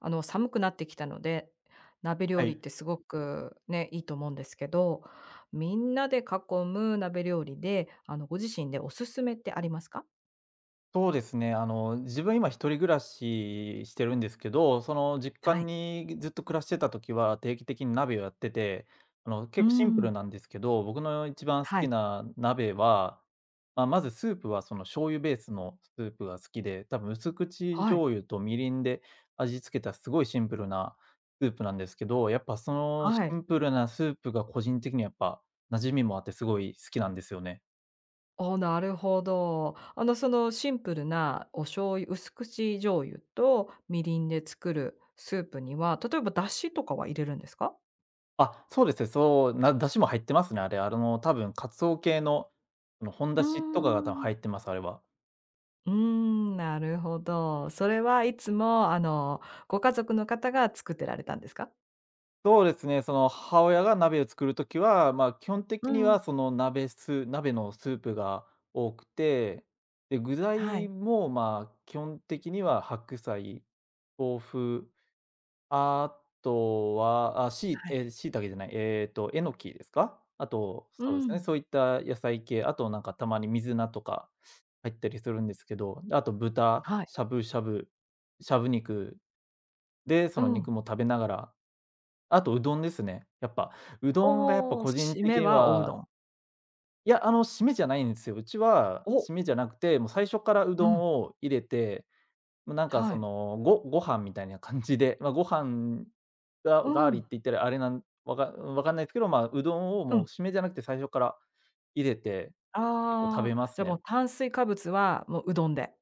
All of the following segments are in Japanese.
寒くなってきたので、鍋は料理っい、てすごくね、いいと思うんですけど、みんなで囲む鍋料理で、ご自身でおすすめってありますか？そうですね。自分今一人暮らししてるんですけど、その実家はい。にずっと暮らしてた時は定期的に鍋をやってて、うー結構シンプん。ルなんですけど、僕の一番好はきい。な鍋は、まずスープはその醤油ベースのスープが好きで、多分薄口はい。醤油とみりんで味付けたすごいシンプルなスープなんですけど、やっぱそのシはい。ンプルなスープが個人的にはやっぱ馴染みもあってすごい好きなんですよね。あなるほど。そのシンプルなお醤油薄口醤油とみりんで作るスープには、例えば出汁とかは入れるんですか？あ、そうですね。出汁も入ってますね、あれ。多分鰹系の、本うー出汁とかが多分ん。入ってます、あれは。うーん、なるほど。それはいつも、ご家族の方が作ってられたんですか？そうですね、その、母親が鍋を作るときは、基本的うにん。は鍋のスープが多くて、で、具は材い、も、基本的には白菜、豆腐あとは、あ、しいはい。えー、椎茸じゃない、えのきですか？あと、うそうですね、ん。そういった野菜系、あとなんかたまに水菜とか入ったりするんですけど、あと豚、はい。しゃぶしゃぶ、しゃぶ肉で、そうのん。肉も食べながら、あとうどんですね。やっぱ、うどんがやっぱおお、個人締的めにはおうどは、ん。いや、締めじゃないんですよ。うちはお。締めじゃなくて、もう最初からううどんん、を入れてなんかはそい。の、ご飯みたいな感じで、ご飯ががあうりっん、て言ったらあれなん、わかわかんないですけど、うどんをうもうん。締めじゃなくて最初から入れて、結構食ああ、べますじゃあもね。う炭水化物はもううどんで。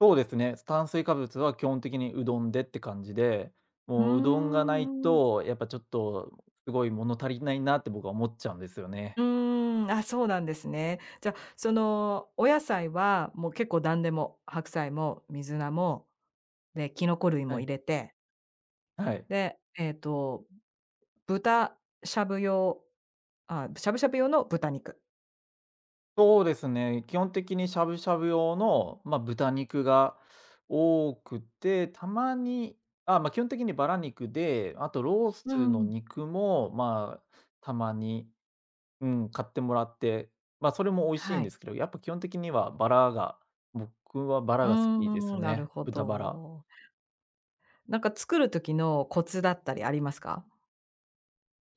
そうですね、炭水化物は基本的にうどんでって感じで、うーもううどんがないん、うん。と、やっぱちょっとすごい物足りないなって僕は思っちゃうんですよね。ーん、あ、そうなんですね。じゃあ、そのお野菜はもう結構何でも、白菜も水菜も、で、キノコ類はも入い、れて、はい。で、豚しゃぶ用あ、しゃぶしゃぶ用の豚肉。そうですね。基本的にしゃぶしゃぶ用の、豚肉が多くて、たまに、基本的にバラ肉で、あとローうスのん、肉も、たまに、うん、買ってもらって、それも美味しいんはでい。すけど、やっぱ基本的にはバラが僕はバラうーが好きですん、なるね。ほ豚バラ。ど。なんか作る時のコツだったりありますか？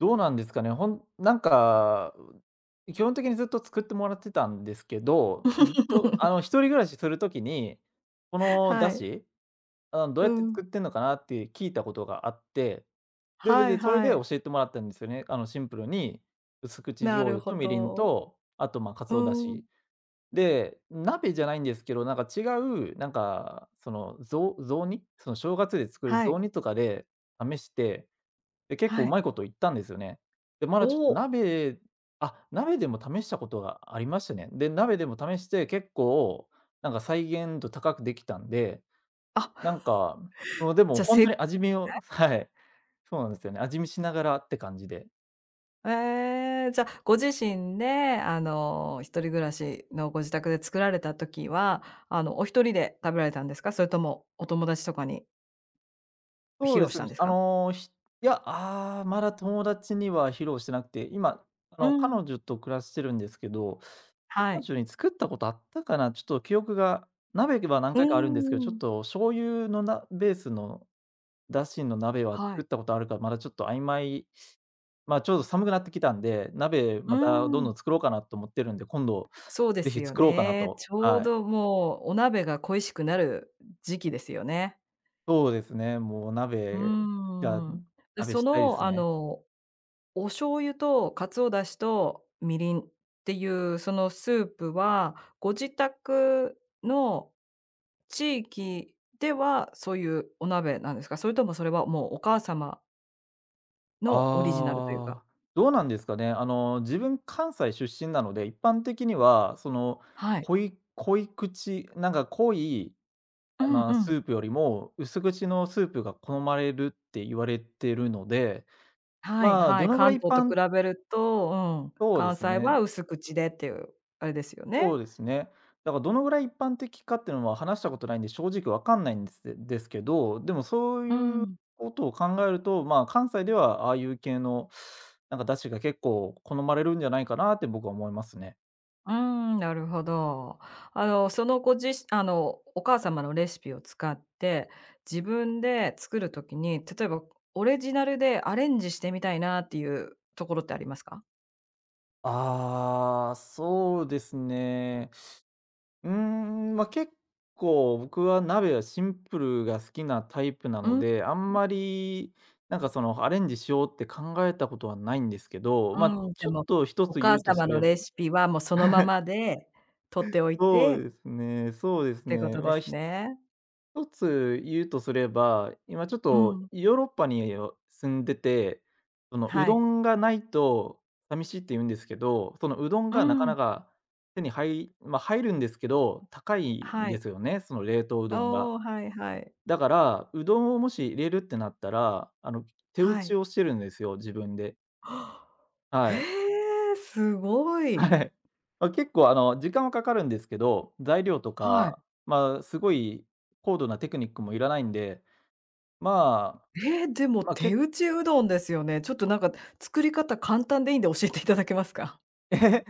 どうなんですかね、ほんなんか、基本的にずっと作ってもらってたんですけど、ずっと一 人暮らしするときに、このは出い、汁どううやってん。作ってんのかなって聞いたことがあって、で、は別いにそれはでい。教えてもらったんですよね。シンプルに、薄口な醤る油ほとみりんど。と、あと、鰹だうしん。で、鍋じゃないんですけど、なんか違う、なんか、その、ぞう雑煮、その正月で作るはい、雑煮とかで試して、で、結構うはまい。いこといったんですよね。で、まおだちょっとお、鍋あ、鍋でも試したことがありましたね。で、鍋でも試して結構、なんか再現度高くできたんでなあ、んか、もうでもじゃ、ほんとせに味見をはい。そうなんですよね。味見しながらって感じで。ええ、じゃ、ご自身で、あの、一人暮らしのご自宅で作られた時は、お一人で食べられたんですか？それともお友達とかにそ披う露でしすたね。んですか？いや、ああ、まだ友達には披露してなくて、今、う彼ん。女と暮らしてるんですけど、は彼い。女に作ったことあったかな、ちょっと記憶が鍋は何う回かあるんですけんど、ちうょっん。と醤油のベースの出汁の鍋はは作っい。たことあるか、まだちょっと曖昧ちょうど寒くなってきたんで、鍋うまたどんん。どん作ろうかなと思ってるんで、今度そうでぜすひよ作ろうかなね。と、ちょうはい。どもうお鍋が恋しくなる時期ですよね。そうですね、もううー鍋がん。で、鍋そしたいでの、すね。お醤油と鰹出汁とみりんっていうそのスープは、ご自宅の地域ではそういうお鍋なんですか？それともそれはもうお母様のオリジナルというかああ、どうなんですかね。自分関西出身なので、一般的にはその、はい。濃い濃い口、なんか濃い、うんうスん。ープよりも薄口のスープが好まれるって言われてるので、はいはどい、のぐら関い一東と般比べると、うん、そうで関す西ね。は薄口でっていう、あれですよね。そうですね。だからどのぐらい一般的かっていうのは話したことないんで、正直わかんないんですですけど、でもそうういうん。ことを考えると、関西ではああいう系のなんか出汁が結構好まれるんじゃないかなって僕は思いますね。うーん、なるほど。あの、そのご自しあの、お母様のレシピを使って、自分で作る時に、例えばオレジナルでアレンジしてみたいなっていうところってありますか？ああ、そうですね。結構僕は鍋はシンプルが好きなタイプなうのん、で、あんまりなんかそのアレンジしようって考えたことはないんですけど、うん、じちゃ、ょっもう、と一おつ言母うとす様のれば レシピはもうそのま まで取っておいそうてですねそうでっすてこね。とです一ね。つ言うとすれば、今ちょっうとん、ヨーロッパに住んでて、そのうはどい。んがないと寂しいって言うんですけど、そのうどんうがなかなん、か手に入まあ、入るんですけど、高いんはでい。すよね、その冷凍うどんが。おお、はいはい。だから、うどんをもし入れるってなったら、手打はちい。をしてるんですよ、自分で。はあへはい。え、すごはい。い。結構時間はかかるんですけど、材料とはか、い。すごい高度なテクニックもいらないんで、まあ、えーでもまあ、手け 打ちうどんですよね。ちょっとなんか作り方簡単でいいんで教えていただけますか？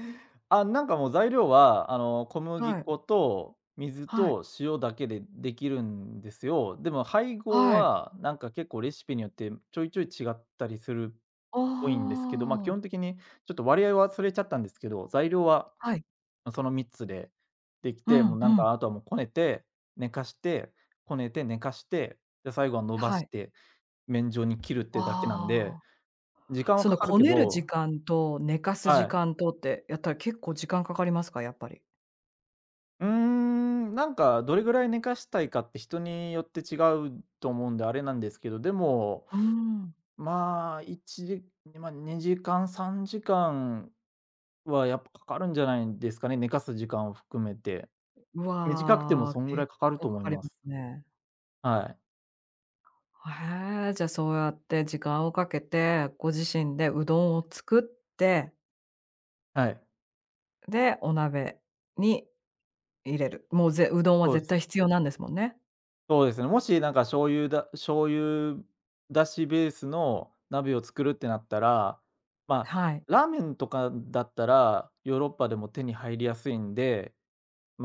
あ、なんかもう材料は、小 麦はい、粉と水はい、と塩だけでできるんですよ。でも配合はい。はなんか結構レシピによってちょいちょい違ったりするっぽいんですけど、基ああ、本的にちょっと割合は忘れちゃったんですけど、材料ははい。その3つでできうて、もんううなんん。かあとはもうこねて、寝かして、こねて寝かして、で、最後は伸ばはしい。て、麺状に切るってだけなんで、ああ。時間はそかのかるこけねる時ど間と寝かすは時い。間とってやったら結構時間かかりますか？やっぱり。なんかどれぐらい寝かしたいかって人によって違うと思うんであれなんですけど、でも、うーん。まあ、1時ま、2時間、3時間はやっぱかかるんじゃないですかね、寝かす時間を含めて。う短くてもわー、そんぐらい結かかる構とか思いかりまます。すね。はい。へえ、じゃあそうやって時間をかけて、ご自身でうどんを作って、はい。で、お鍋に入れる。もうぜうどんはそうで絶す。対必要なんですもんね。そうですね、もしなんか醤油だしベースの鍋を作るってなったら、はい。ラーメンとかだったら、ヨーロッパでも手に入りやすいんで、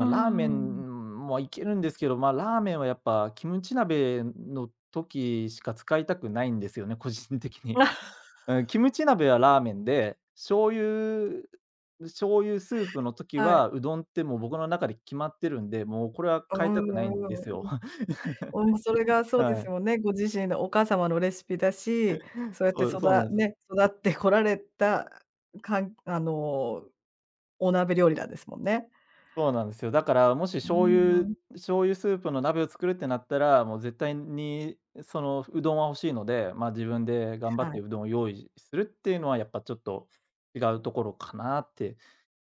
うーラーメん。ンもいけるんですけど、ラーメンはやっぱキムチ鍋の時しか使いたくないんですよね、個人的に。うん、キムチ鍋はラーメンで、醤油スープの時はい。はうどんってもう僕の中で決まってるんで、もうこれはう変えたんくないんうでんうん。すよ。おもそれがそうではすい。よね、ご自身のお母様のレシピだし、そうやってそうそそうなんだです。ね、育ってこられた、かんお鍋料理なんですもんね。そうなんですよ。だから、もしうーん、醤油スープの鍋を作るってなったら、もう絶対にそのうどんは欲しいので、自分で頑張はっい。てうどんを用意するっていうのはやっぱちょっと違うところかなって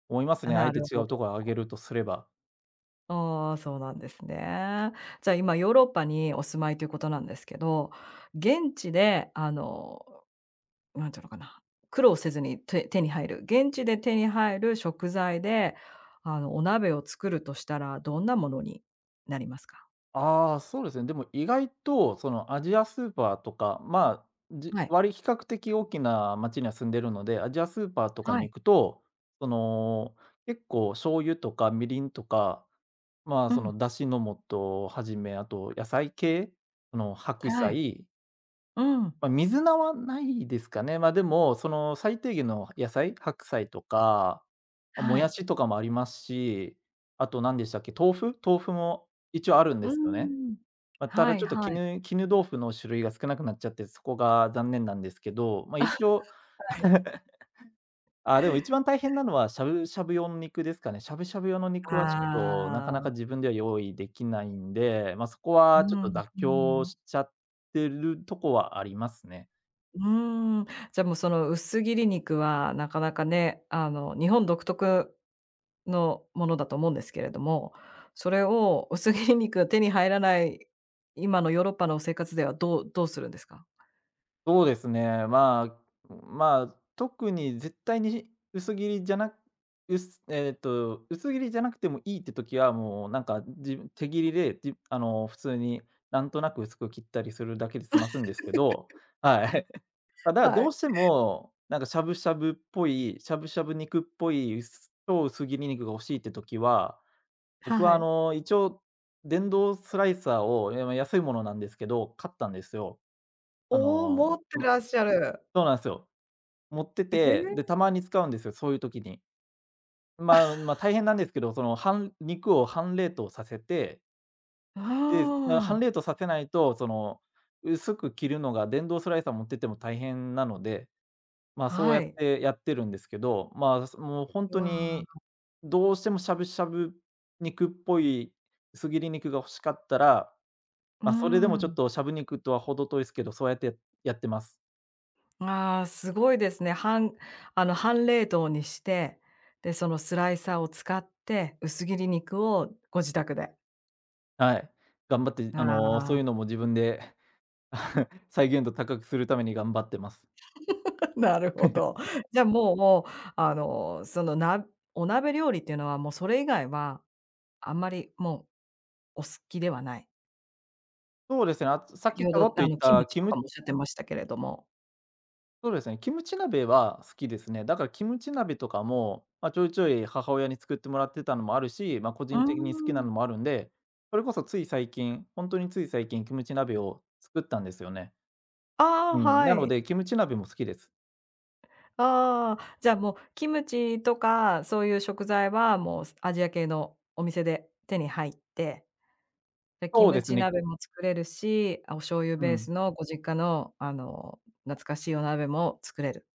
思いますあ、ね。あなえてる違ほうとど。ころを挙げるとすれば。ああ、そうなんですね。じゃあ、今ヨーロッパにお住まいということなんですけど、現地でなんていうのかな、苦労せずに手手に入る、現地で手に入る食材で、お鍋を作るとしたら、どんなものになりますか？ああ、そうですね。でも意外とそのアジアスーパーとか、はい。割比較的大きな町には住んでるので、アジアスーパーとかはにい。行くと、その、結構醤油とかみりんとかうそん。の、出汁の素をはじめ、あと野菜系、その、白はい。菜、うん。水菜はないですかね。でも、その、最低限の野菜、白菜とか、あ、もはやい。しとかもありますし、あと何でしたっけ、豆腐も一応あるんうでーすよね。ん。まあ、たはだいちょっとはい。絹豆腐の種類が少なくなっちゃって、そこが残念なんですけど、まあ、一応。はい。あ、でも一番大変なのは、しゃぶしゃぶ用の肉ですかね。しゃぶしゃぶ用の肉はちょっと、なかあなかあ、自分では用意できないんで、まあ、そこうはちょっとん、妥う協ん。しちゃってるとこはありますね。うーん、じゃあもうその薄切り肉はなかなかね、日本独特のものだと思うんですけれども、それを薄切り肉が手に入らない今のヨーロッパの生活ではどうどうするんですか？そうですね、まあ、特に絶対に薄切りじゃなく、薄えっと、薄切りじゃなくてもいいって時は、もうなんか、手切りで、あの、普通になんとなく薄く切ったりするだけで済ますんですけど、はい。ただ、はどい、うしても、なんかしゃぶしゃぶっぽい、しゃぶしゃぶ肉っぽい、超薄切り肉が欲しいって時は、僕ははあい。の、一応電動スライサーを、ま、安いものなんですけど、買ったんですよ。あおお、の、持ってまらっしゃる。そうなんすよ。持ってえへて、で、え。たまに使うんですよ、そういう時に。まあ、ま、大変なんですけど、その、肉を半冷凍させて、で、ああ、半冷凍させないと、その、薄く切るのが電動スライサー持ってても大変なので、まあ、そうはやっい。てやってるんですけど、まあ、もう本当わに、あ、どうしてもしゃぶしゃぶ肉っぽい薄切り肉が欲しかったら、うーまあ、それでもちょっん。としゃぶ肉とは程遠いですけど、そうやってやってます。ああ、すごいですね。半半冷凍にして、で、そのスライサーを使って、薄切り肉をご自宅で。はい。頑張って、ああの、そういうあ、のも自分で 再現度高くするために頑張ってます。なるほど。じゃ、もう、あの、その、なお鍋料理っていうのは、もうそれ以外は、あんまりもう、お好きではない。そうですね、あとさっ先きちほょど、ろっと言っキムたチとかもおっしゃってましたけれども。そうですね、キムチ鍋は好きですね。だからキムチ鍋とかも、まあ、ちょいちょい母親に作ってもらってたのもあるし、まあ、個う人的に好きなーのん。もあるんで、それこそつい最近、本当につい最近キムチ鍋を作ったんですよね。ああ、うん、はなのい。で、キムチ鍋も好きです。ああ、じゃあ、もうキムチとか、そういう食材はもう、アジア系のお店で手に入って、で、キそうでムすチね。鍋も作れるし、あ、お醤油うベーん、スのご実家の、懐かしいお鍋も作れる。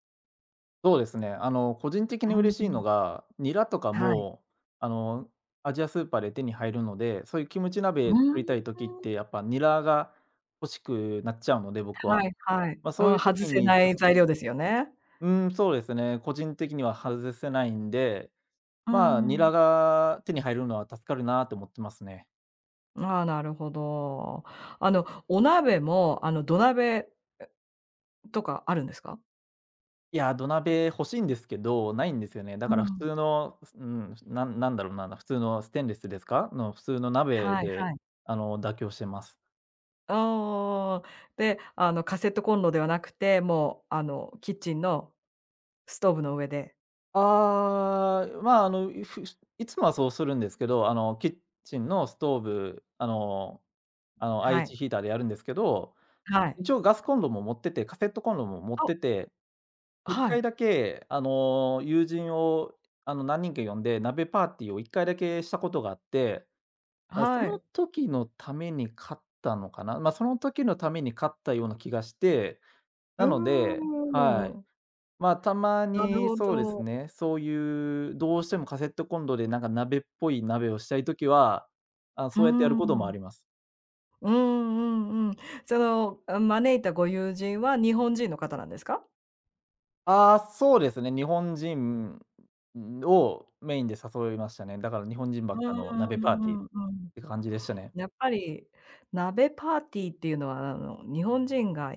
そうですね。あの、個人的うに嬉しいん。のが、ニラとかはい。も、あの、アジアスーパーで手に入るので、そういうキムチう鍋作ーりたん。い時ってやっぱニラが欲しくなっちゃうので、僕は。はいはい。まあ、うそういん、う外時せに、ない材料ですよね。うん、そうですね。個人的には外せないんで、うーまあ、ニん。ラが手に入るのは助かるなって思ってますね。ああ、なるほど。お鍋も、土鍋とかあるんですか？いや、土鍋欲しいんですけど、ないんですよね。だうから普ん。通の、うん、なんだろうな、普通のステンレスですか？の普通の鍋はいで、はい。あの、妥協してます。ああ。で、カセットコンロではなくて、もう、キッチンのストーブの上で、ああ、まあ、あの、いつもはそうするんですけど、あの、キッチンのストーブ、あの、はい、IH ヒーターでやるんですけど、はい。一応ガスコンロも持ってて、カセットコンロも持っあ、てて、1は回い、だけ、あの、友人を、あの、何人か呼んで、鍋パーティーを1回だけしたことがあって、あ、そはのい。時のために買ったのかな。まあ、その時のために買ったような気がして、うなーのではい。ん。まあ、たまなるにほそうですど。ね、そういうどうしてもカセットコンロでなんか鍋っぽい鍋をしたい時は、あ、うそうやってやるーこともあん。ります。うんうんうん。その、あ、招いたご友人は日本人の方なんですか？ああ、そうですね。日本人をメインで誘いましたね。だから日本人ばうっかんのう鍋パーティーんっうんうん。て感じでしたね。やっぱり、鍋パーティーっていうのは、日本人が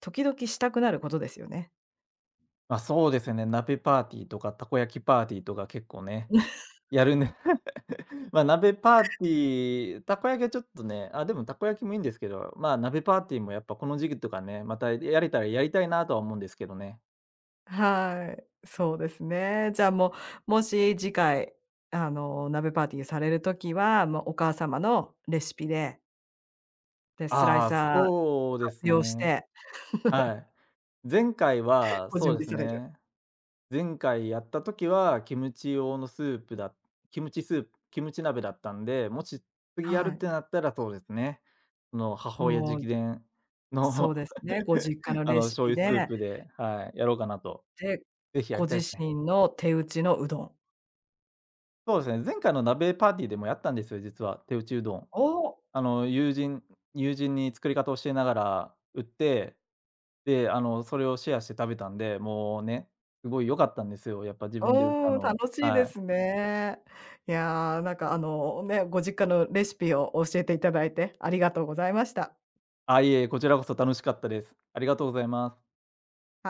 時々したくなることですよね。ま、そうですね、鍋パーティーとかたこ焼きパーティーとか結構ね、やるね。 まあ鍋パーティー、たこ焼きはちょっとね、あ、でもたこ焼きもいいんですけど、まあ、鍋パーティーもやっぱこの時期とかね、またやれたらやりたいなとは思うんですけどね。はい、そうですね。じゃあ、もう、もし次回、鍋パーティーされるときは、もうお母様のレシピで、で、スライああ、サーそをうで活す用しね。て、はい。前回はごそう準で備すされる。ね、前回やった時は、キムチ鍋だったんで、もし次やるはっい。てなったらそうですね。その母親直もう、伝その うですね、ご 実家のあレの、シ醤ピ油スーで、プで、はい、やろうかなと。で、ぜひやごりた自いですね。身の手打ちのうどんそうですね、前回の鍋パーティーでもやったんですよ、実は、手打ちうどん。おお、あの、友人に作り方を教えながら売って、で、あの、それをシェアして食べたんで、もうね、すごい良かったんですよ、やっぱ自う分で売ったーん、の、楽しいではすい。ね。いやー、なんか、ご実家のレシピを教えていただいてありがとうございました。あ、いえいえ、こちらこそ楽しかったです。ありがとうございます。はい。